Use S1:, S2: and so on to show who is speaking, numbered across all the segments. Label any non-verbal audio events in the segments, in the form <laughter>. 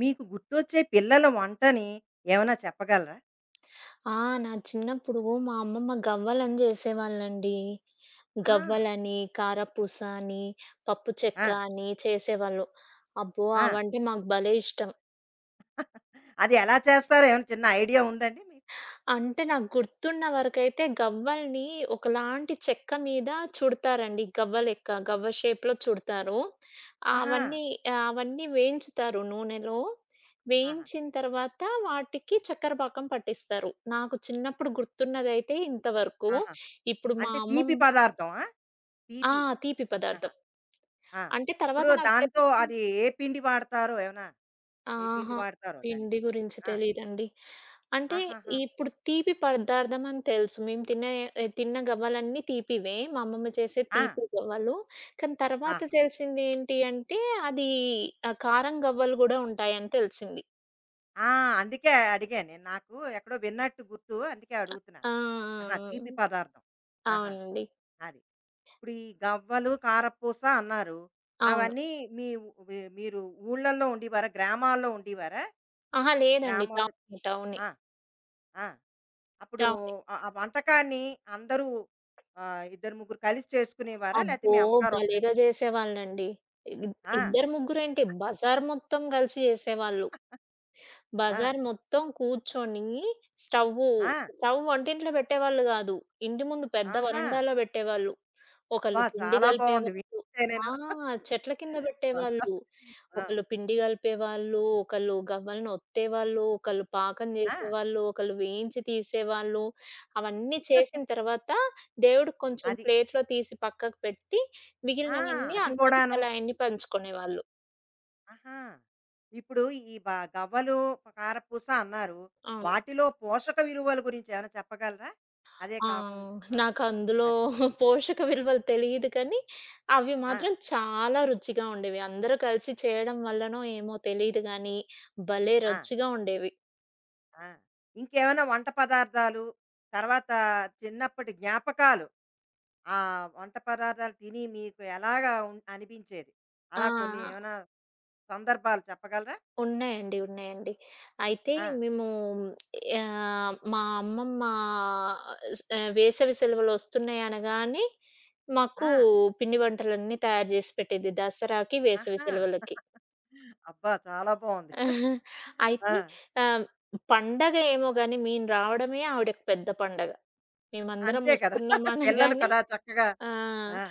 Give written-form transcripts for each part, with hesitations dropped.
S1: మీకు గుర్తొచ్చే పిల్లల వంటని ఏమైనా చెప్పగలరా?
S2: ఆ! నా చిన్నప్పుడు మా అమ్మమ్మ గవ్వలని జేసేవాళ్ళండి.
S1: ఆ!
S2: గవ్వలని, కారపూస అని, పప్పు
S1: ఆ!
S2: చెక్క అని చేసేవాళ్ళు. అబ్బో!
S1: ఆ!
S2: అవంటే మాకు భలే ఇష్టం.
S1: అది ఎలా చేస్తారో ఏమైనా చిన్న ఐడియా ఉందండి మీకు?
S2: అంటే నాకు గుర్తున్న వరకైతే గవ్వల్ని ఒకలాంటి చెక్క మీద చుడతారండి. గవ్వ లెక్క, గవ్వ షేప్‌లో చుడతారు.
S1: ఆహా!
S2: అవన్నీ అవన్నీ వేయించుతారు నూనెలో.
S1: ఆహా!
S2: వేయించిన తర్వాత వాటికి చక్కర పాకం పట్టిస్తారు. నాకు చిన్నప్పుడు గుర్తున్నదైతే ఇంతవరకు.
S1: ఆహా!
S2: ఇప్పుడు మా
S1: అంటే
S2: అమ్మమ్మ
S1: తీపి పదార్థమా?
S2: ఆ!
S1: తీపి.
S2: తీపి
S1: ఆహా!
S2: పదార్థం.
S1: ఆ!
S2: అంటే
S1: ఇప్పుడు
S2: తర్వాత నాకు
S1: దాంతో
S2: తెలిసింది
S1: అది ఏ పిండి వాడతారో ఏమైనా ఏ పిండి
S2: ఆహా!
S1: వాడతారో
S2: పిండి
S1: దానికి?
S2: గురించి
S1: ఆ!
S2: తెలీదండి. అంటే
S1: ఆహాహా!
S2: ఇప్పుడు తీపి పదార్థం అని తెలుసు. మేము తిన్న గవ్వలన్నీ తీపివే. మా అమ్మమ్మ చేసే
S1: ఆ!
S2: తీపి గవ్వలు. కానీ తర్వాత
S1: ఆహా!
S2: తెలిసింది ఏంటి అంటే అది కారం గవ్వలు గూడా ఉంటాయని తెలిసింది.
S1: ఆ! అందుకే అడిగాను నేను. నాకు ఎక్కడో విన్నట్టు గుర్తు అందుకే అడుగుతున్నాను.
S2: ఆ!
S1: ఆహా!
S2: ఆ!
S1: తీపి పదార్థం.
S2: ఆ!
S1: ఆహా!
S2: అవునండి.
S1: అది. ఇప్పుడు ఈ గవ్వలు, కారపూస అన్నారు.
S2: అవును.
S1: అవన్నీ మీ ఉ వి మీరు ఊళ్ళల్లో ఉండేవారా? గ్రామాల్లో ఉండేవారా?
S2: అహా! లేదండి.
S1: గ్రామాల్లో
S2: టౌనే. టౌనే.
S1: ఆ! ఆ! అప్పుడు
S2: టౌన్.
S1: ఆ ఆ వంటకాన్ని అందరూ ఇద్దరు, ముగ్గురు కలిసి చేసుకునేవారా? లేతే
S2: అబ్బో!
S1: మీ అమ్మగారు ఒక్కరే
S2: భలేగా జేసేవాళ్ళండి. ఇద్
S1: ఆ!
S2: ఇద్దరు ముగ్గురేంటి బజార్ మొత్తం గలిసి జేసేవాళ్ళు.
S1: ఆ!
S2: బజార్ మొత్తం కూర్చొని స్టవ్వు,
S1: ఆ!
S2: స్టవ్ వంటింట్లో పెట్టేవాళ్ళు గాదు. ఇంటి ముందు పెద్ద
S1: ఆహా!
S2: వరండాలో పెట్టేవాళ్ళు.
S1: అబ్బా!
S2: ఒకళ్ళు పిండి
S1: చాలా బావుంది
S2: గలిపేవాళ్ళు.
S1: వింటుంటేనేను.
S2: ఆ! చెట్ల కింద పెట్టేవాళ్ళు.
S1: <laughs> ఆ!
S2: ఒకళ్ళు పిండి గలిపేవాళ్ళు, ఒకళ్ళు గవ్వలను ఒత్తేవాళ్ళు, ఒకళ్ళు పాకం
S1: ఆ!
S2: జేసేవాళ్ళు, ఒకళ్ళు వేయించి తీసేవాళ్ళు. అవన్నీ చేసిన తర్వాత దేవుడికి కొంచెం
S1: అది.
S2: ప్లేట్‌లో తీసి పక్కకు పెట్టి
S1: ఆ!
S2: మిగిలినవన్నీ
S1: అది
S2: అందరూ
S1: కూడాను.
S2: తలా ఎన్ని పంచుకునేవాళ్ళు.
S1: ఆహా! ఇప్పుడు ఈ బ గవ్వలు, కారపూస అన్నారు.
S2: అవును.
S1: వాటిలో పోషక విలువల గురించి ఏమైనా చెప్పగలరా? అదే
S2: ఆ!
S1: కాకుం ఆ!
S2: నాకందులో
S1: అదే.
S2: <laughs> పోషక విలువలు తెలీదు కానీ, అవి
S1: ఆ!
S2: మాత్రం చాలా రుచిగా ఉండేవి. అందరూ కలిసి చేయడం వల్లనో ఏమో తెలీదు గానీ, భలే
S1: ఆ!
S2: రుచిగా ఉండేవి.
S1: ఆ! ఇంకేమైనా వంట పదార్థాలు, తర్వాత చిన్నప్పటి జ్ఞాపకాలు, ఆ వంట పదార్థాలు తిని మీకు ఎలాగా ఉన్ అనిపించేది?
S2: ఆ!
S1: అలా కొన్ని ఏమైనా సందర్భాలు చెప్పగలరా?
S2: ఉన్నాయండి. ఉన్నాయండి. అయితే
S1: ఆ!
S2: మేము మా అమ్మమ్మ వేసవి సెలవులొస్తున్నాయి అనగానే, మాకు
S1: ఆ!
S2: పిండి వంటలన్నీ తయారు జేసి పెట్టేది దసరాకి, వేసవి
S1: ఆహా!
S2: సెలవులకి.
S1: అబ్బా! చాలా బావుంది. <laughs> ఆ!
S2: అయితే ఆహ్, పండగ ఏమో గాని మేము రావడమే ఆవిడకి పెద్ద పండగ. మేమందరం
S1: అంతే కదా! <laughs>
S2: వస్తున్నామని
S1: పిల్లలు
S2: గాని
S1: కదా! చక్కగా
S2: ఆ!
S1: ఆ!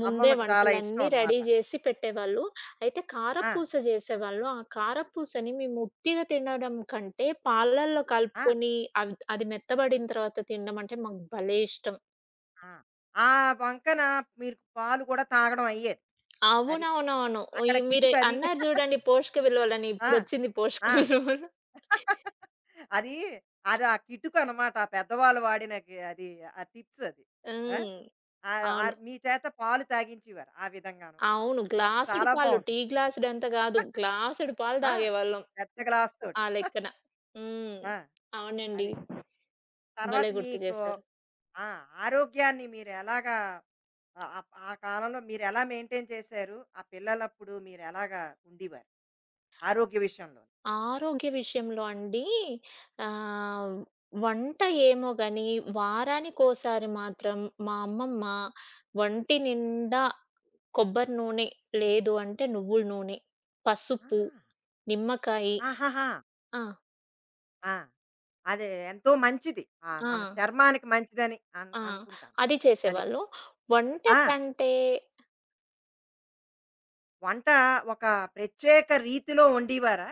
S2: ముందే
S1: అమ్మమ్మకి చాలా ఇష్టం
S2: వంటలన్నీ రెడీ
S1: అన్నమాట.
S2: జేసి పెట్టేవాళ్ళు. అయితే
S1: ఆ!
S2: కారపూస జేసేవాళ్ళు. ఆ కారపూసని మేము ఉత్తిగా తినడం కంటే పాలల్లో
S1: ఆ!
S2: కలుపుకొని అది మెత్తబడిన తర్వాత తినడం అంటే మాకు భలే ఇష్టం.
S1: ఆ! ఆ వంకన మీరు పాలు కూడా తాగడం అయ్యేది. అది.
S2: అవునవునవును. ఈ
S1: అక్కడ
S2: మీరు
S1: కిటుకది.
S2: అన్నారు
S1: <laughs>
S2: జూడండి పోషక విలువలని
S1: ఆ!
S2: ఇప్పుడొచ్చింది పోషక
S1: ఆ!
S2: విలువలు.
S1: <laughs> అది, అది ఆ కిటుకనమాట. ఆ పెద్దవాళ్ళు వాడిన గి అది ఆ టిప్స్ అది. ఆ!
S2: హ్మ్.
S1: ఆహ్,
S2: అవును.
S1: ఆహ్, మీ చేత పాలు తాగించేవారు ఆ విధంగాను.
S2: అవును.
S1: ఆ!
S2: గ్లాసుడు
S1: చాలా
S2: పాలు.
S1: బావుంది.
S2: టీ గ్లాసుడంత గాదు. గ్లాసుడు ఎంత కాదు, గ్లాసుడి పాలు
S1: ఆ!
S2: తాగేవాళ్ళం
S1: పెద్ద గ్లాస్
S2: ఆ
S1: తోటి. <laughs>
S2: లెక్కన. హ్మ్.
S1: ఆ!
S2: అవునండి.
S1: అది. తర్వాత
S2: భలే గుర్తు
S1: మీకు
S2: చేశారు.
S1: ఆ! ఆరోగ్యాన్ని మీరు ఎలాగా ఆ ఆ- ఆ కాలంలో మీరు ఎలా మెయింటైన్ చేశారు? ఆ పిల్లలప్పుడు మీరు ఎలాగా ఉండేవారు ఆరోగ్య విషయంలో?
S2: ఆరోగ్య విషయంలో అండి ఆహ్, వంట ఏమో గాని వారానికోసారి మాత్రం మా అమ్మమ్మ వంటి నిండా కొబ్బరి నూనె లేదు అంటే నువ్వుల నూనె,
S1: ఆ!
S2: పసుపు, నిమ్మకాయ.
S1: ఆహాహా!
S2: ఆ!
S1: ఆ! అదే ఎంతో మంచిది. ఆ!
S2: ఆ!
S1: మన చర్మానికి మంచిదని అన్
S2: ఆ!
S1: అనుకుంటాను.
S2: అది
S1: అది.
S2: చేసేవాళ్ళు. వంట
S1: ఆ!
S2: కంటే
S1: వంట ఒక ప్రత్యేక రీతిలో వండేవారా?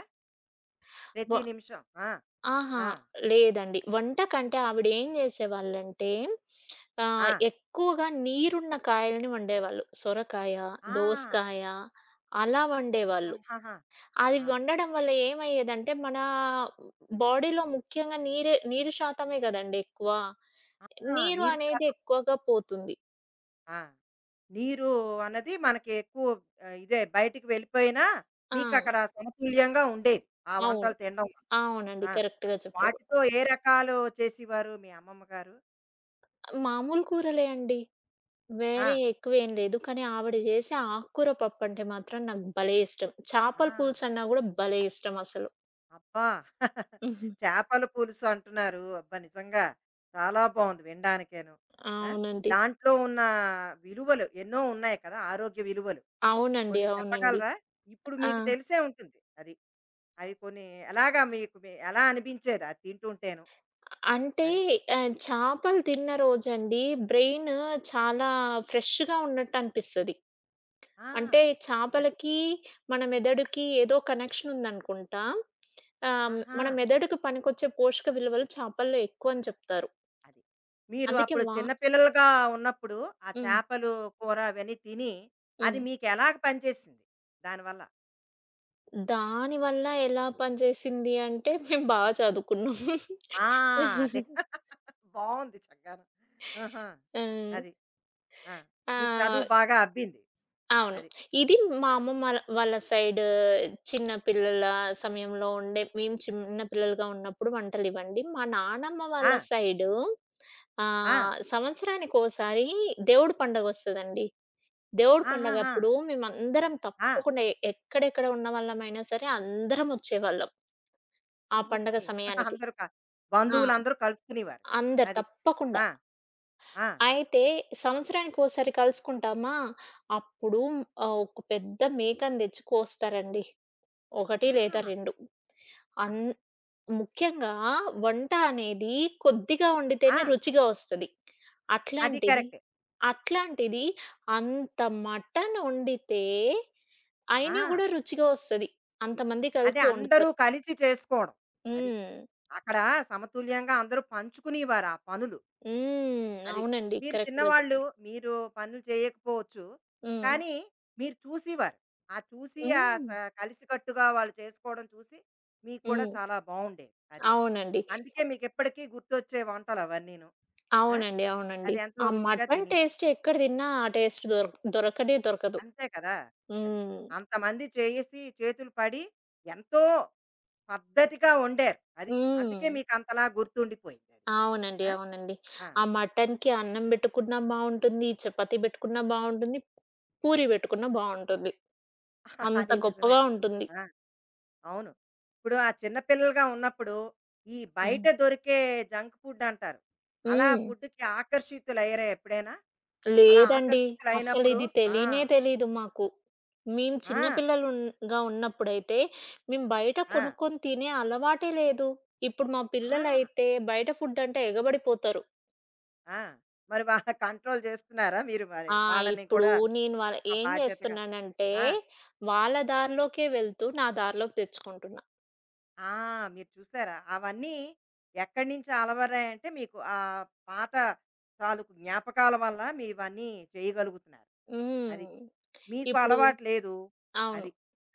S1: ప్రతి
S2: వ
S1: నిమిషం. ఆ!
S2: ఆహా!
S1: ఆ!
S2: లేదండి. వంట కంటే ఆవిడేం జేసేవాళ్ళంటే
S1: ఆ!
S2: ఎక్కువగా నీరున్న కాయల్ని వండేవాళ్ళు. సొరకాయ,
S1: ఆ!
S2: దోసకాయ అలా వండేవాళ్ళు.
S1: ఆహాహా!
S2: అది
S1: ఆ!
S2: వండడం వల్ల ఏమయ్యేదంటే, మన బాడీలో ముఖ్యంగా నీరే నీరు శాతమే గదండీ ఎక్కువ.
S1: ఆహా!
S2: నీరు
S1: నీరు కా
S2: అనేది ఎక్కువగా పోతుంది.
S1: ఆ! నీరు అన్నది మనకి ఎక్కువ ఆహ్, ఇదే బయటికి వెళ్ళిపోయినా
S2: ఆ!
S1: మీకక్కడ సమతుల్యంగా ఉండేది. ఆ
S2: అవును.
S1: వంటలు తినడం వల్ల.
S2: అవునండి.
S1: ఆ!
S2: కరెక్ట్‌గా చెప్పారు.
S1: వాటితో ఏ రకాలు చేసేవారు మీ అమ్మమ్మ గారు?
S2: మామూలు కూరలే అండి.
S1: ఆ!
S2: వేరే ఎక్కువేం లేదు. కానీ ఆవిడ జేసే ఆకుకూర పప్పంటే మాత్రం నాకు భలే ఇష్టం.
S1: ఆ!
S2: చేపల పులుసన్నా గూడా భలే ఇష్టమసలు.
S1: అబ్బా! <laughs>
S2: హుహు.
S1: చేపల పులుసు అంటున్నారు. అబ్బా! నిజంగా చాలా బావుంది వినడానికేను. ఆ!
S2: అవునండి.
S1: దాంట్లో ఉన్న విలువలు ఎన్నో ఉన్నాయి కదా! ఆరోగ్య విలువలు.
S2: అవునండి.
S1: కొన్ని
S2: అవునండి.
S1: చెప్పగలరా? ఇప్పుడు
S2: ఆ!
S1: మీకు తెలిసే ఉంటుంది. అది. అవి కొన్ని ఎలాగా మీకు మీ- ఎలా అనిపించేది అది తింటుంటేను?
S2: అంటే
S1: అది.
S2: చేపలు తిన్న రోజండి బ్రెయిన్ చాలా ఫ్రెష్‌గా ఉన్నట్టనిపిస్తది.
S1: ఆ!
S2: అంటే
S1: అది.
S2: చేపలకి, మన మెదడుకి ఏదో కనెక్షనుందనుకుంటా.
S1: ఆహా!
S2: మన మెదడుకి పనికొచ్చే పోషక విలువలు చేపల్లో ఎక్కువని చెప్తారు.
S1: అది. మీరు
S2: అందుకే
S1: అప్పుడు
S2: వా
S1: చిన్న పిల్లలుగా ఉన్నప్పుడు ఆ
S2: హ్మ్.
S1: చేపలు కూర అవన్నీ తిని, అది
S2: హ్మ్.
S1: మీకెలాగ పనిచేసింది దానివల్ల?
S2: దానివల్ల ఎలా పనిచేసింది అంటే మేము బా చదువుకున్నాం.
S1: ఆ! అదే. <laughs> బావుంది చక్కగాను. ఆహా!
S2: ఆ!
S1: అది. ఆ!
S2: ఆ!
S1: మీకు చదువు బాగా అబ్బింది.
S2: అవును.
S1: అది.
S2: ఇది మా
S1: ఆ!
S2: అమ్మమ్మ వాళ్ళ సైడ్ చిన్న పిల్లల సమయంలో ఉండే మేము చిన్న పిల్లలుగా ఉన్నప్పుడు వంటలివండి. మా నానమ్మ వాళ్ళ
S1: ఆ!
S2: సైడు
S1: ఆ!
S2: సంవత్సరానికోసారి దేవుడి పండగొస్తదండి. దేవుడి
S1: ఆహాహా!
S2: పండగప్పుడు మేమందరం
S1: ఆ!
S2: తప్పకుండా ఎక్కడెక్కడ ఉన్న వాళ్ళమైనా సరే అందరం వచ్చేవాళ్ళం ఆ పండగ
S1: ఓకే. <laughs>
S2: సమయానికి.
S1: అందరూ క
S2: ఆ!
S1: బంధువులందరూ కలుసుకునేవారు.
S2: అందరు
S1: అది.
S2: తప్పకుండా.
S1: ఆ! ఆ!
S2: అయితే సంవత్సరానికోసారి కలుసుకుంటామా, అప్పుడు ఒక పెద్ద మేకని తెచ్చి కోస్తారండి.
S1: ఆ!
S2: 1 లేదా 2 అన్
S1: అది.
S2: ముఖ్యంగా వంట అనేది కొద్దిగా
S1: ఆ!
S2: వండితేనే రుచిగా వస్తది.
S1: అది
S2: అట్లాంటిది
S1: కరెక్టే.
S2: అట్లాంటిది అంత మటన్ వండితే అయినా
S1: ఆ!
S2: గూడా రుచిగా వస్తది. అంతమంది
S1: అంటే
S2: కలిసి
S1: అందరూ
S2: వండుతారు.
S1: కలిసి చేసుకోవడం. అది.
S2: హ్మ్.
S1: అక్కడ సమతుల్యంగా అందరూ పంచుకునేవారు ఆ పనులు.
S2: హ్మ్.
S1: అది.
S2: అవునండి.
S1: మీరు
S2: కరెక్ట్‌గా
S1: చిన్నవాళ్ళు
S2: చెప్పారు.
S1: మీరు పనులు చేయకపోవచ్చు.
S2: హ్మ్.
S1: కానీ మీరు చూసేవారు. ఆ చూసి ఆహ్,
S2: హ్మ్.
S1: స కలిసికట్టుగా వాళ్ళు చేసుకోవడం చూసి మీకు కూడా
S2: హ్మ్.
S1: చాలా బావుండేది. అది.
S2: అవునండి.
S1: అందుకే మీకెప్పటికీ గుర్తొచ్చే వంటలవన్నీను. ఆ!
S2: అవునండి.
S1: అది
S2: అవునండి.
S1: ఎంతో
S2: ఆ
S1: రుచిగా
S2: మటన్
S1: తినేవారు.
S2: టేస్ట్ ఎక్కడ తిన్నా ఆ టేస్ట్ దొరకనే దొరకదు.
S1: అంతే కదా! అది.
S2: హ్మ్.
S1: అంతమంది చేసి చేతులు పడి ఎంతో పద్ధతిగా వండారు. అది. అందుకే
S2: హ్మ్.
S1: మీకంతలా గుర్తుండిపోయిందది.
S2: అవునండి.
S1: ఆ!
S2: అవునండి.
S1: ఆ!
S2: ఆ మటన్‌కి అన్నం బెట్టుకున్నా బావుంటుంది. చపాతీ బెట్టుకున్నా బావుంటుంది. పూరి బెట్టుకున్నా బావుంటుంది.
S1: <laughs>
S2: అంత
S1: అది నిజమే.
S2: గొప్పగా ఉంటుంది.
S1: ఆ! అవును. ఇప్పుడు ఆ చిన్న పిల్లలుగా ఉన్నప్పుడు ఈ
S2: హ్మ్.
S1: బయట దొరికే జంక్ ఫుడ్ అంటారు. అలా
S2: హ్మ్.
S1: ఫుడ్‌కి ఆకర్షితులయ్యారా ఎప్పుడైనా? అలా
S2: లేదండి.
S1: ఆకర్షితులైనప్పుడు
S2: అస్సలిది
S1: ఆ!
S2: తెలీనే తెలీదు మాకు. మేము చిన్న
S1: ఆ!
S2: పిల్లలున్ గా ఉన్నప్పుడైతే మేము బయట
S1: ఆ!
S2: కొనుక్కొని తినే అలవాటే లేదు. ఇప్పుడు మా
S1: ఆ!
S2: పిల్లలైతే బయట ఫుడ్ అంటే ఎగబడిపోతారు.
S1: ఆ! మరి వాళ్ళ కంట్రోల్ చేస్తున్నారా మీరు మరి?
S2: ఆ!
S1: వాళ్ళని
S2: ఇప్పుడు
S1: కూడా
S2: నేను వాళ్ళ
S1: ఒక
S2: ఏం
S1: బాధ్యతగా
S2: చేస్తున్నానంటే,
S1: ఆ!
S2: వాళ్ళ దారిలోకే వెళ్తూ నా దారిలోకి తెచ్చుకుంటున్నా.
S1: ఆ! మీరు చూసారా? అవన్నీ ఎక్కడి నుంచి అలవరాయంటే మీకు ఆ పాత తాలూకు జ్ఞాపకాల వల్ల మీవన్నీ చేయగలుగుతున్నారు. అది.
S2: హ్మ్.
S1: మీకు
S2: ఇప్పుడు
S1: అలవాటు లేదు.
S2: అవును.
S1: అది.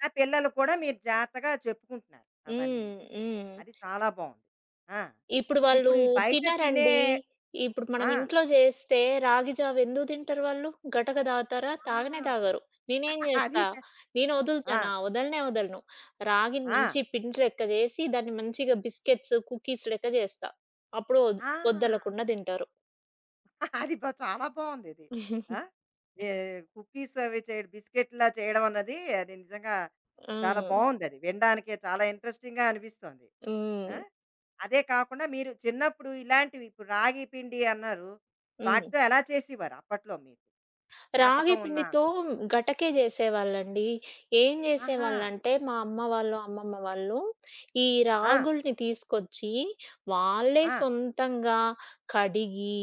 S1: ఆ పిల్లలకు కూడా మీరు జాగ్రత్తగా చెప్పుకుంటున్నారు అవన్నీను.
S2: హ్మ్. హ్మ్.
S1: అది చాలా బావుంది. ఆ!
S2: ఇప్పుడు వాళ్ళు
S1: ఇప్పుడు ఈ బయట తినే
S2: తినరండి. ఇప్పుడు మనం
S1: ఆ!
S2: ఇంట్లో చేస్తే రాగి జావ ఎందుకు తింటారు వాళ్ళు? గటక తాగుతారా?
S1: ఆ!
S2: తాగనే తాగరు. నేనేం
S1: <laughs> అది
S2: చేస్తా?
S1: క
S2: నేను
S1: ఆ!
S2: వదులుతానా? వదలనే వదలను. రాగిని
S1: ఆ!
S2: మంచి పిండి లెక్క చేసి దాన్ని మంచిగా బిస్కెట్స్, కుకీస్ లెక్క చేస్తా. అప్పుడు వద్
S1: ఆ!
S2: వద్దలకుండా తింటారు.
S1: అది బా చాలా బావుందిది. ఆ!
S2: <laughs>
S1: ఏ కుకీస్ అవి చేయడం బిస్కెట్‌లా చేయడం అన్నది అది నిజంగా చాలా
S2: హ్మ్.
S1: బావుందది. వినడానికే చాలా ఇంట్రెస్టింగ్‌గా అనిపిస్తోంది. ఆ!
S2: హ్మ్.
S1: అదే కాకుండా మీరు చిన్నప్పుడు ఇలాంటివి ఇప్పుడు రాగి పిండి అన్నారు.
S2: హ్మ్.
S1: వాటితో ఎలా చేసేవారు అప్పట్లో మీకు?
S2: రాగి
S1: జ్ఞాపకం ఉన్న
S2: పిండితో గటకే జేసేవాళ్ళండి. ఏం
S1: ఆహా!
S2: జేసేవాళ్ళంటే, మా అమ్మ వాళ్ళు, అమ్మమ్మ వాళ్ళు ఈ
S1: ఆ!
S2: రాగుల్ని తీసుకొచ్చి, వాళ్ళే
S1: ఆ!
S2: సొంతంగా కడిగి,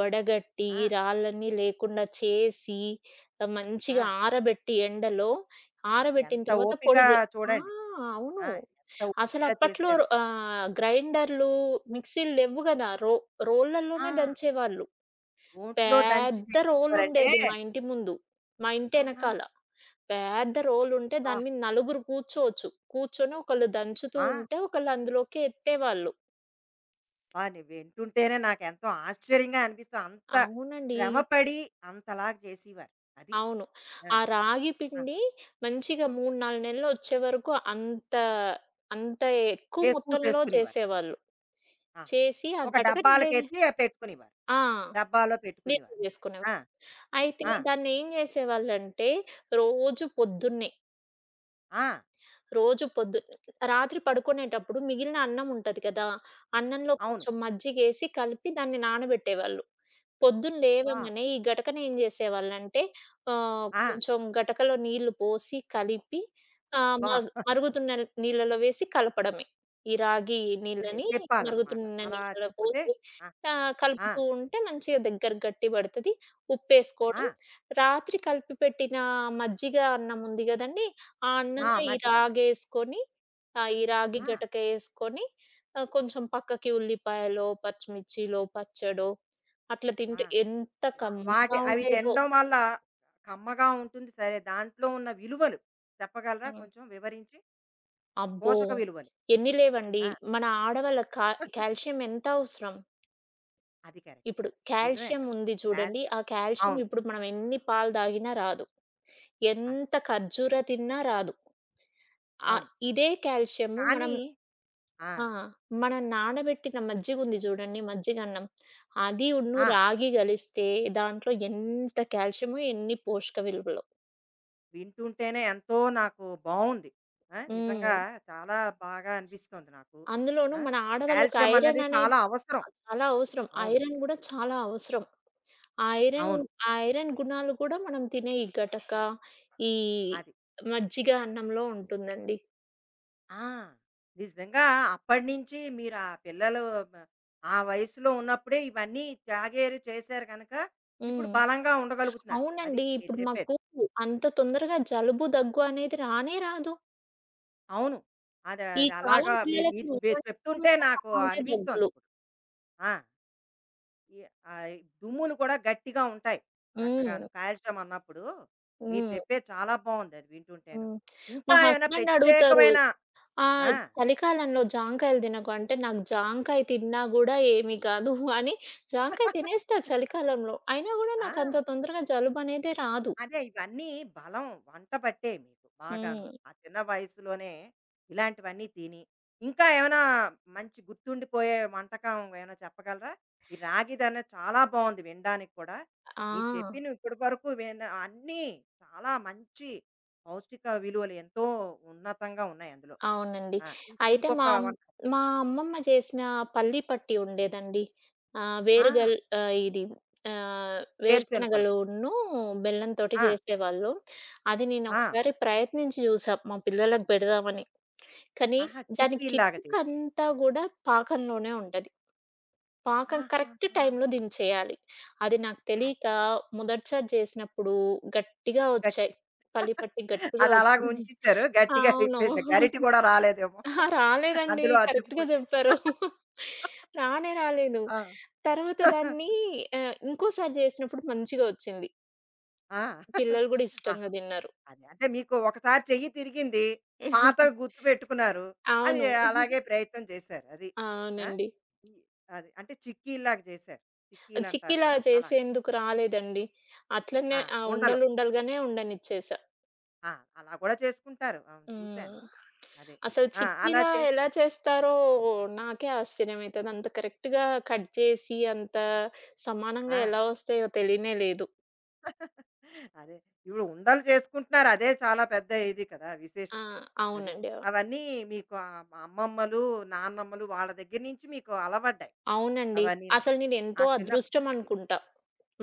S2: వడగట్టి,
S1: ఆ!
S2: రాళ్ళన్నీ లేకుండా చేసి,
S1: ఆ!
S2: మంచిగా ఆరబెట్టి ఎండలో, ఆరబెట్టిన
S1: ఎంత
S2: తర్వాత
S1: ఓపిక
S2: పొడి జే. ఆ!
S1: చూడండి.
S2: అవును.
S1: ఆ! ఎంత ఓపికగా
S2: అసలప్పట్లో
S1: చేశారో.
S2: గ్రైండర్లు, మిక్సీలు లెవ్వు గదా!
S1: ఆ!
S2: రోళ్ళలోనే దంచేవాళ్ళు.
S1: ఒంట్లో దంచి
S2: పెద్ద
S1: చేసేవారంటే
S2: రోలుండేది మా ఇంటి ముందు. మా
S1: ఆహా!
S2: ఇంటెనకాల. పెద్ద రోలుంటే
S1: ఆ!
S2: దాని మీద నలుగురు కూర్చోవచ్చు. కూర్చొని ఒకళ్ళు దంచుతూ
S1: ఆ!
S2: ఉంటే, ఒకళ్ళు అందులోకి ఎత్తేవాళ్ళు.
S1: ఆ! నే వింటుంటేనే నాకెంతో ఆశ్చర్యంగా అనిపిస్తుంది. అంత
S2: అవునండి.
S1: శ్రమపడి అంతలాగా చేసేవారు. అది.
S2: అవును.
S1: ఆ!
S2: ఆ రాగి
S1: ఆ!
S2: పిండి మంచిగా 3, 4 నెలలు వచ్చే వరకు అంత అంత ఎక్కువ
S1: ఎక్కువ
S2: మొత్తంలో
S1: చేసుకునేవారు.
S2: చేసేవాళ్ళు.
S1: ఆహా!
S2: చేసి ఆ
S1: ఒక
S2: గటక నిలవ.
S1: డబ్బాలకెత్తి పెట్టుకునేవారు.
S2: ఆ!
S1: డబ్బాలో
S2: నిల్వ
S1: పెట్టుకునేవారు.
S2: చేసుకునేవాళ్ళు.
S1: ఆ!
S2: అయితే
S1: ఆ!
S2: దాన్నేం చేసేవాళ్ళంటే రోజు పొద్దున్నే
S1: ఆ!
S2: రోజు పొద్దు రాత్రి పడుకునేటప్పుడు మిగిలిన అన్నం ఉంటది కదా! అన్నంలో
S1: అవును.
S2: కొంచెం మజ్జిగేసి కలిపి దాన్ని నానబెట్టేవాళ్ళు. పొద్దున
S1: అబ్బా!
S2: లేవంగానే ఈ గటకనేం జేసేవాళ్ళంటే
S1: ఆ!
S2: కొంచెం గటకలో నీళ్లు పోసి కలిపి ఆహ్,
S1: అబ్బా!
S2: మగ్
S1: <laughs>
S2: మరుగుతున్న నీళ్ళలో వేసి కలపడమే. ఈ రాగి
S1: అదే
S2: నీళ్ళని
S1: తిప్పాలనమాట.
S2: మరుగుతున్న
S1: అలా
S2: నీళ్ళలో
S1: తిప్పితే
S2: పోసి
S1: ఆ! ఆ!
S2: కలుపుతూ ఉంటే మంచిగా దగ్గరకి గట్టి పడతది.
S1: ఆ!
S2: ఉప్పేసుకోవడం. రాత్రి కలిపి పెట్టిన మజ్జిగ అన్నం ఉంది గదండీ! ఆ
S1: ఆ!
S2: అన్నంలో ఈ
S1: మజ్జిగ.
S2: రాగేసుకొని ఆహ్, ఈ రాగి
S1: ఆ!
S2: గటక ఏసుకొని కొంచెం పక్కకి ఉల్లిపాయలో, పచ్చిమిర్చిలో, పచ్చడో అట్లా
S1: ఆ!
S2: తింటే ఎంత
S1: ఆ! వాటి
S2: కమ్మగా
S1: అవి
S2: ఉండేదో.
S1: తినడం వల్ల కమ్మగా ఉంటుంది సరే. దాంట్లో ఉన్న విలువలు చెప్పగలరా?
S2: హ్మ్.
S1: కొంచెం వివరించి
S2: అబ్బో!
S1: పోషక విలువలు.
S2: ఎన్ని లేవండి.
S1: ఆ!
S2: మన ఆడవాళ్ళకి కాల్షియం ఎంత అవసరం.
S1: అది కరెక్ట్.
S2: ఇప్పుడు
S1: నిజమే
S2: కాల్షియం
S1: కదా!
S2: ఉంది చూడండి.
S1: కాల్షియం.
S2: ఆ కాల్షియం
S1: అవును.
S2: ఇప్పుడు మనం ఎన్ని పాలు తాగినా రాదు.
S1: అది.
S2: ఎంత ఖర్జూర తిన్నా రాదు. ఆహ్,
S1: అవును.
S2: ఇదే కాల్షియము మనం.
S1: కానీ ఆ!
S2: ఆ! మనం నానబెట్టిన మజ్జిగుంది చూడండి మజ్జిగన్నం. అది ఉన్ను
S1: ఆ!
S2: రాగి గలిస్తే దాంట్లో ఎంత కాల్షియమో ఎన్ని పోషక విలువలో.
S1: వింటుంటేనే ఎంతో నాకు బావుంది. ఆ!
S2: హ్మ్.
S1: నిజంగా చాలా బాగా అనిపిస్తుంది నాకు.
S2: అందులోనూ
S1: ఆ!
S2: మన ఆడవాళ్ళకి
S1: కాల్షియం
S2: ఐరన్
S1: అన్నది
S2: అనేది
S1: చాలా అవసరం.
S2: ఆ! చాలా అవసరం.
S1: అవును.
S2: ఐరన్ గూడా చాలా అవసరం. ఆ ఐరన్
S1: అవును.
S2: ఆ ఐరన్ గుణాలు కూడా మనం తినే ఈ గటక, ఈ
S1: అది.
S2: మజ్జిగ అన్నంలో ఉంటుందండి.
S1: ఆ! నిజంగా అప్పటినుంచి మీరు ఆ పిల్లలు మ ఆ వయసులో ఉన్నప్పుడే ఇవన్నీ తాగారు, చేశారు గనక ఇప్పుడు
S2: హ్మ్.
S1: బలంగా ఉండగలుగుతున్నారు. అది
S2: అవునండి.
S1: మీరు
S2: ఇప్పుడు
S1: చెప్పేది.
S2: మాకు అంత తొందరగా జలుబు, దగ్గు అనేది రానే రాదు.
S1: అవును. అది
S2: ఈ
S1: అది
S2: కాలం
S1: అలాగా మీ
S2: పిల్లలకి
S1: మీరు మీరు చెప్తుంటే నాకు
S2: అలాంటి
S1: అనిపిస్తోంది
S2: దగ్గులు.
S1: ఇప్పుడు. ఆ! ఈ ఆహ్, దుమ్ములు కూడా గట్టిగా ఉంటాయి చక్కగాను.
S2: హ్మ్.
S1: కాల్షియం అన్నప్పుడు మీరు
S2: హ్మ్.
S1: చెప్పేది చాలా బావుంది అది వింటుంటేను.
S2: హ్మ్. మా
S1: ఇంకా ఏమైనా
S2: హస్బెండ్ అడుగుతారు.
S1: ప్రత్యేకమైన
S2: ఆ!
S1: ఆ!
S2: చలికాలంలో జాంకాయలు తినకు అంటే, నాకు జాంకాయ తిన్నా గూడా ఏమి కాదు అని జాంకాయ
S1: <laughs>
S2: తినేస్తా చలికాలంలో. అయినా గూడా
S1: ఆ!
S2: నాకంత తొందరగా జలుబనేదే రాదు.
S1: అదే ఇవన్నీ బలం వంట పట్టే మీకు బాగాను.
S2: హ్మ్.
S1: ఆ చిన్న వయసులోనే ఇలాంటివన్నీ తిని, ఇంకా ఏమైనా మంచి గుర్తుండిపోయే వంటకం ఏమైనా చెప్పగలరా? ఈ రాగిదనే చాలా బావుంది వినడానికి కూడా.
S2: ఆ!
S1: మీరు చెప్పినవి ఇప్పటి వరకు విన్న అన్నీ చాలా మంచి పౌష్టిక విలువలు ఎంతో ఉన్నతంగా ఉన్నాయి అందులో.
S2: అవునండి.
S1: ఆ!
S2: అయితే
S1: ఇంకొక వంట
S2: మా అమ్మమ్మ చేసిన పల్లి పట్టి ఉండేదండి. ఆహ్,
S1: ఆ!
S2: వేరుగల్ ఆహ్, ఇది ఆహ్,
S1: వేరుశెనగ పలుకులు.
S2: వేరుశనగలును బెల్లంతోటి
S1: ఆ!
S2: జేసేవాళ్ళు. అది
S1: ఆ!
S2: నేనొకసారి ప్రయత్నించి జూసా మా పిల్లలకు పెడదామని. కానీ
S1: ఆహా!
S2: దాని
S1: చిక్కీల్లాగా చేసి.
S2: కిటుకంతా గూడా పాకంలోనే ఉంటది. పాకం
S1: ఆహాహా!
S2: కరెక్ట్ టైంలో దించేయాలి. అది నాకు
S1: అది.
S2: తెలీక మొదటిసారి జేసినప్పుడు గట్టిగా
S1: గట్
S2: ఒచ్చాయి. పల్లి పట్టి గట్టిగా
S1: అది అలాగ
S2: ఒచ్చింది.
S1: ఉంచేసారు. గట్టిగా
S2: అవును.
S1: అయిపోయింది. గరిటె కూడా రాలేదేమో.
S2: అహా! రాలేదండి.
S1: అందులో
S2: కరెక్ట్‌గా
S1: అతుక్కుపోయి.
S2: జెప్పారు. రానే రాలేదు.
S1: ఆ!
S2: తర్వాత దాన్ని ఇంకోసారి జేసినప్పుడు మంచిగా ఒచ్చింది.
S1: ఆ!
S2: పిల్లలు గూడా
S1: ఆహా!
S2: ఇష్టంగా దిన్నారు.
S1: అదే. అంటే మీకు ఒకసారి చెయ్యి తిరిగింది. పాతవి గుర్తుపెట్టుకున్నారు. అది
S2: అవును.
S1: అలాగే ప్రయత్నం చేశారు. అది. ఆ!
S2: అవునండి.
S1: ఈ అది. అంటే చిక్కీల్లాగా చేశారు. చిక్కీలంటారు
S2: చిక్కిలా
S1: కదా! అలా.
S2: చేసేందుకు రాలేదండి.
S1: ఆ!
S2: అట్లనే ఆ
S1: ఉండలు.
S2: ఉండలుండలుగానే ఉండనిచ్చేసా.
S1: ఆ! అలా కూడా చేసుకుంటారు. అవును
S2: హ్మ్.
S1: చూశాను. అదే.
S2: అసలు
S1: ఆ! అలా
S2: చిక్కీలా
S1: చేసి
S2: ఎలా చేస్తారో నాకే ఆశ్చర్యమైతది. అంత కరెక్ట్‌గా కట్ చేసి, అంత
S1: ఆ!
S2: సమానంగా ఎలా వస్తాయో తెలియనే లేదు.
S1: అదే. ఇప్పుడు ఉండలు చేసుకుంటున్నారు. అదే చాలా పెద్ద ఇది కదా!
S2: ఆ!
S1: విశేషం. అది.
S2: అవునండి. అవును.
S1: అవన్నీ మీకు ఆహ్, అమ్మమ్మలు, నాన్నమ్మలు వాళ్ళ దగ్గర నుంచి మీకు అలవడ్డాయి.
S2: అవునండి.
S1: అవన్నీను.
S2: అసలు
S1: ఆ
S2: నేనెంతో
S1: చిన్నప్పుడు
S2: అదృష్టం అనుకుంటా.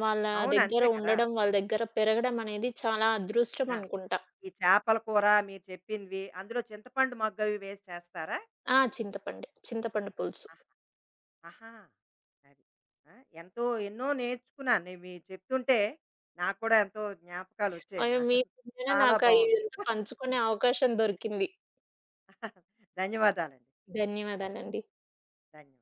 S2: వాళ్ళ
S1: అవును.
S2: దగ్గర
S1: అంతే కదా!
S2: ఉండడం, వాళ్ళ దగ్గర పెరగడం అనేది చాలా అదృష్టం
S1: ఆ!
S2: అనుకుంటా.
S1: ఈ చేపల కూర మీరు చెప్పినవి, అందులో చింతపండు మగ్గవి వేసి చేస్తారా?
S2: ఆ! చింతపండే. చింతపండు పులుసు.
S1: ఆహ్, ఆహా! అది. ఆ! ఎంతో ఎన్నో నేర్చుకున్నాను. నేను మీరు చెప్తుంటే నాకు కూడా ఎంతో జ్ఞాపకాలొచ్చాయి.
S2: అయ్యో!
S1: నా
S2: మీ పుణ్యాన
S1: చాలా
S2: నాకు అయి
S1: బావుంది.
S2: ఇదంతా పంచుకునే అవకాశం దొరికింది.
S1: ధన్యవాదాలండి. ధన్య
S2: ధన్యవాదాలండి.
S1: ధన్యవాదాలు.